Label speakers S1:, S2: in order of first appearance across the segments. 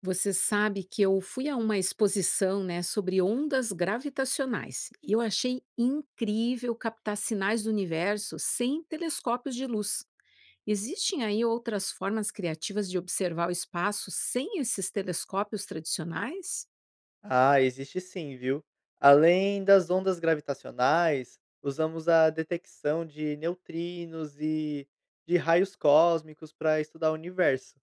S1: Você sabe que eu fui a uma exposição, né, sobre ondas gravitacionais e eu achei incrível captar sinais do universo sem telescópios de luz. Existem aí outras formas criativas de observar o espaço sem esses telescópios tradicionais?
S2: Ah, existe sim, viu? Além das ondas gravitacionais, usamos a detecção de neutrinos e de raios cósmicos para estudar o universo.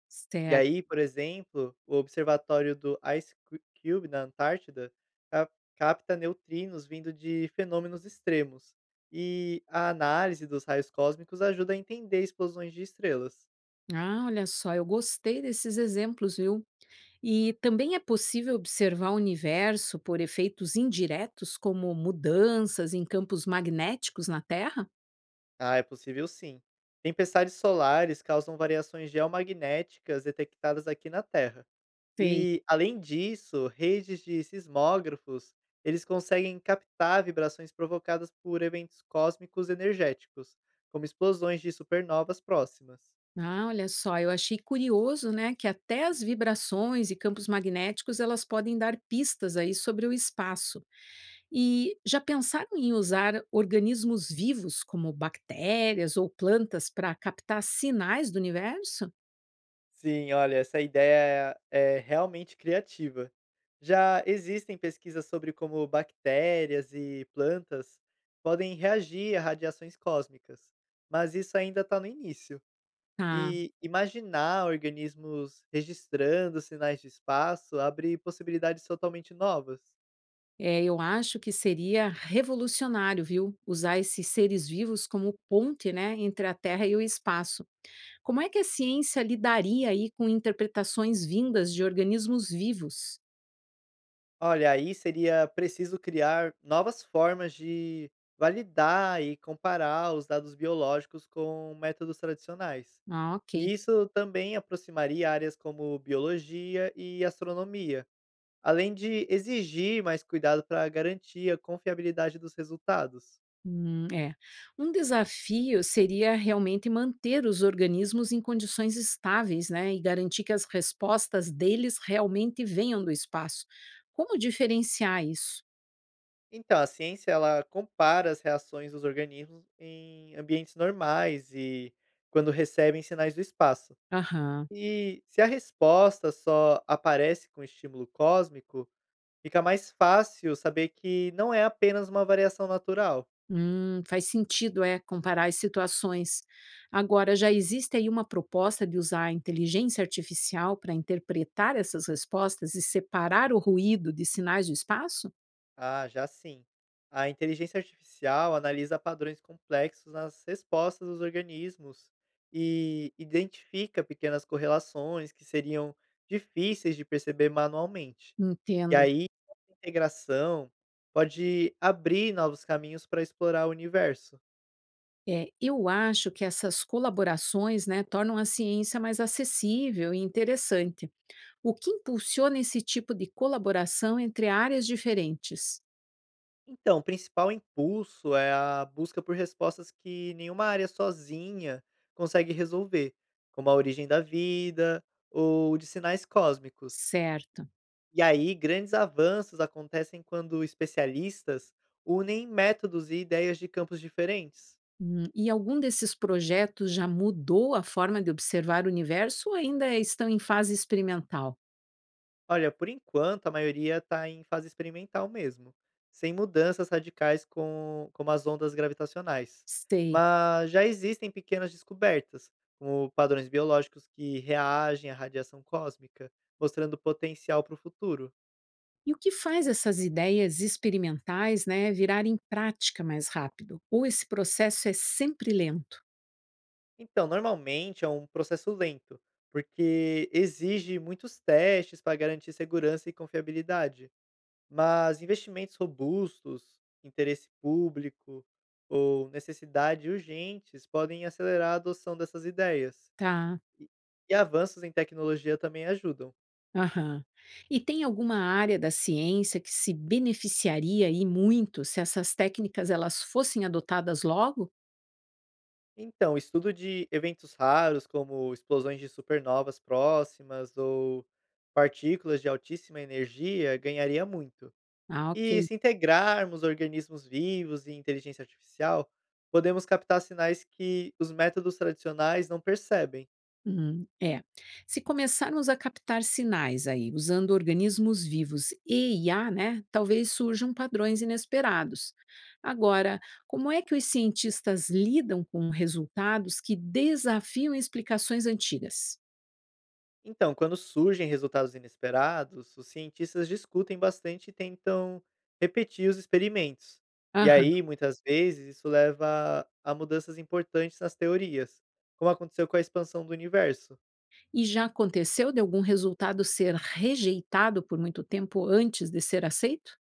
S2: E aí,
S1: Certo.
S2: por exemplo, o observatório do Ice Cube na Antártida capta neutrinos vindo de fenômenos extremos. E a análise dos raios cósmicos ajuda a entender explosões de estrelas.
S1: Ah, olha só, eu gostei desses exemplos, viu? E também é possível observar o universo por efeitos indiretos, como mudanças em campos magnéticos na Terra?
S2: Ah, é possível sim. Tempestades solares causam variações geomagnéticas detectadas aqui na Terra.
S1: Sei.
S2: E, além disso, redes de sismógrafos, eles conseguem captar vibrações provocadas por eventos cósmicos energéticos, como explosões de supernovas próximas.
S1: Ah, olha só, eu achei curioso, né, que até as vibrações e campos magnéticos elas podem dar pistas aí sobre o espaço. E já pensaram em usar organismos vivos como bactérias ou plantas para captar sinais do universo?
S2: Sim, olha, essa ideia é realmente criativa. Já existem pesquisas sobre como bactérias e plantas podem reagir a radiações cósmicas, mas isso ainda está no início.
S1: Ah,
S2: E imaginar organismos registrando sinais de espaço abre possibilidades totalmente novas.
S1: é, eu acho que seria revolucionário, viu? Usar esses seres vivos como ponte, né, entre a Terra e o espaço. Como é que a ciência lidaria aí com interpretações vindas de organismos vivos?
S2: Olha, aí seria preciso criar novas formas de validar e comparar os dados biológicos com métodos tradicionais.
S1: Ah, ok.
S2: E isso também aproximaria áreas como biologia e astronomia, além de exigir mais cuidado para garantir a confiabilidade dos resultados.
S1: É. Um desafio seria realmente manter os organismos em condições estáveis, né, e garantir que as respostas deles realmente venham do espaço. Como diferenciar isso?
S2: Então, a ciência ela compara as reações dos organismos em ambientes normais e quando recebem sinais do espaço.
S1: Aham.
S2: E se a resposta só aparece com estímulo cósmico, fica mais fácil saber que não é apenas uma variação natural.
S1: Faz sentido, é, comparar as situações. Agora, já existe aí uma proposta de usar a inteligência artificial para interpretar essas respostas e separar o ruído de sinais do espaço?
S2: Ah, já sim. A inteligência artificial analisa padrões complexos nas respostas dos organismos e identifica pequenas correlações que seriam difíceis de perceber manualmente. E
S1: Entendo.
S2: aí, essa integração pode abrir novos caminhos para explorar o universo.
S1: É, eu acho que essas colaborações, né, tornam a ciência mais acessível e interessante. O que impulsiona esse tipo de colaboração entre áreas diferentes?
S2: Então, o principal impulso é a busca por respostas que nenhuma área sozinha consegue resolver, como a origem da vida ou de sinais cósmicos.
S1: Certo.
S2: E aí, grandes avanços acontecem quando especialistas unem métodos e ideias de campos diferentes.
S1: E algum desses projetos já mudou a forma de observar o universo ou ainda estão em fase experimental?
S2: Olha, por enquanto, a maioria está em fase experimental mesmo, sem mudanças radicais como as ondas gravitacionais.
S1: Sei.
S2: Mas já existem pequenas descobertas, como padrões biológicos que reagem à radiação cósmica, mostrando potencial para o futuro.
S1: E o que faz essas ideias experimentais, né, virarem prática mais rápido? Ou esse processo é sempre lento?
S2: Então, normalmente é um processo lento, porque exige muitos testes para garantir segurança e confiabilidade. Mas investimentos robustos, interesse público ou necessidade urgentes podem acelerar a adoção dessas ideias.
S1: Tá.
S2: E e avanços em tecnologia também ajudam.
S1: Aham. E tem alguma área da ciência que se beneficiaria aí muito se essas técnicas elas fossem adotadas logo?
S2: Então, estudo de eventos raros, como explosões de supernovas próximas ou partículas de altíssima energia, ganharia muito.
S1: Ah,
S2: E
S1: ok.
S2: se integrarmos organismos vivos e inteligência artificial, podemos captar sinais que os métodos tradicionais não percebem.
S1: Uhum, é. Se começarmos a captar sinais aí, usando organismos vivos e IA, né, talvez surjam padrões inesperados. Agora, como é que os cientistas lidam com resultados que desafiam explicações antigas?
S2: Então, quando surgem resultados inesperados, os cientistas discutem bastante e tentam repetir os experimentos. E aí, muitas vezes, isso leva a mudanças importantes nas teorias, como aconteceu com a expansão do universo.
S1: E já aconteceu de algum resultado ser rejeitado por muito tempo antes de ser aceito?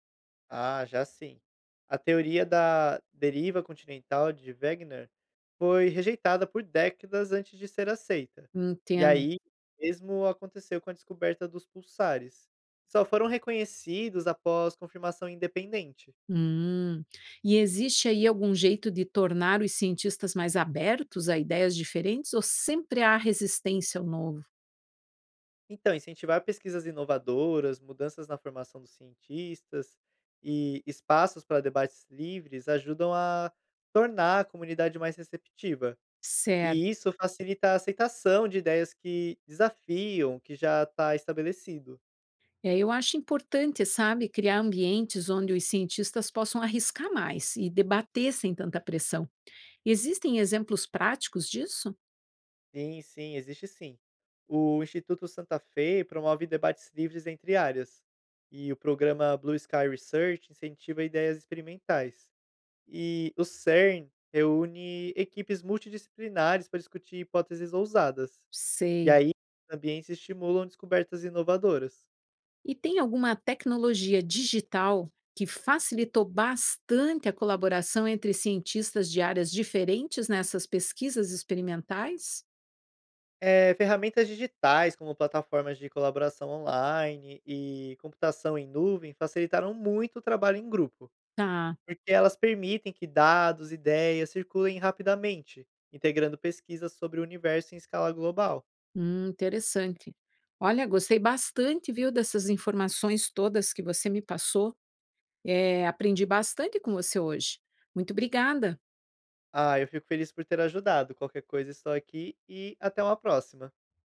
S2: Ah, já sim. A teoria da deriva continental de Wegener foi rejeitada por décadas antes de ser aceita. E
S1: Entendo.
S2: aí, mesmo aconteceu com a descoberta dos pulsares. Que Só foram reconhecidos após confirmação independente.
S1: Hum. E existe aí algum jeito de tornar os cientistas mais abertos a ideias diferentes ou sempre há resistência ao novo?
S2: Então, incentivar pesquisas inovadoras, mudanças na formação dos cientistas e espaços para debates livres ajudam a tornar a comunidade mais receptiva.
S1: Certo.
S2: E isso facilita a aceitação de ideias que desafiam o que já está estabelecido.
S1: É, eu acho importante, sabe, criar ambientes onde os cientistas possam arriscar mais e debater sem tanta pressão. Existem exemplos práticos disso?
S2: Sim, sim, existe sim. O Instituto Santa Fé promove debates livres entre áreas, e o programa Blue Sky Research incentiva ideias experimentais. E o CERN reúne equipes multidisciplinares para discutir hipóteses ousadas. E
S1: Sei.
S2: aí, ambientes estimulam descobertas inovadoras.
S1: E tem alguma tecnologia digital que facilitou bastante a colaboração entre cientistas de áreas diferentes nessas pesquisas experimentais?
S2: Ferramentas digitais, como plataformas de colaboração online e computação em nuvem, facilitaram muito o trabalho em grupo,
S1: Tá,
S2: porque elas permitem que dados e ideias circulem rapidamente, integrando pesquisas sobre o universo em escala global.
S1: interessante. Olha, gostei bastante, viu, dessas informações todas que você me passou. É, aprendi bastante com você hoje. Muito obrigada.
S2: Ah, eu fico feliz por ter ajudado. Qualquer coisa, estou aqui e até uma próxima.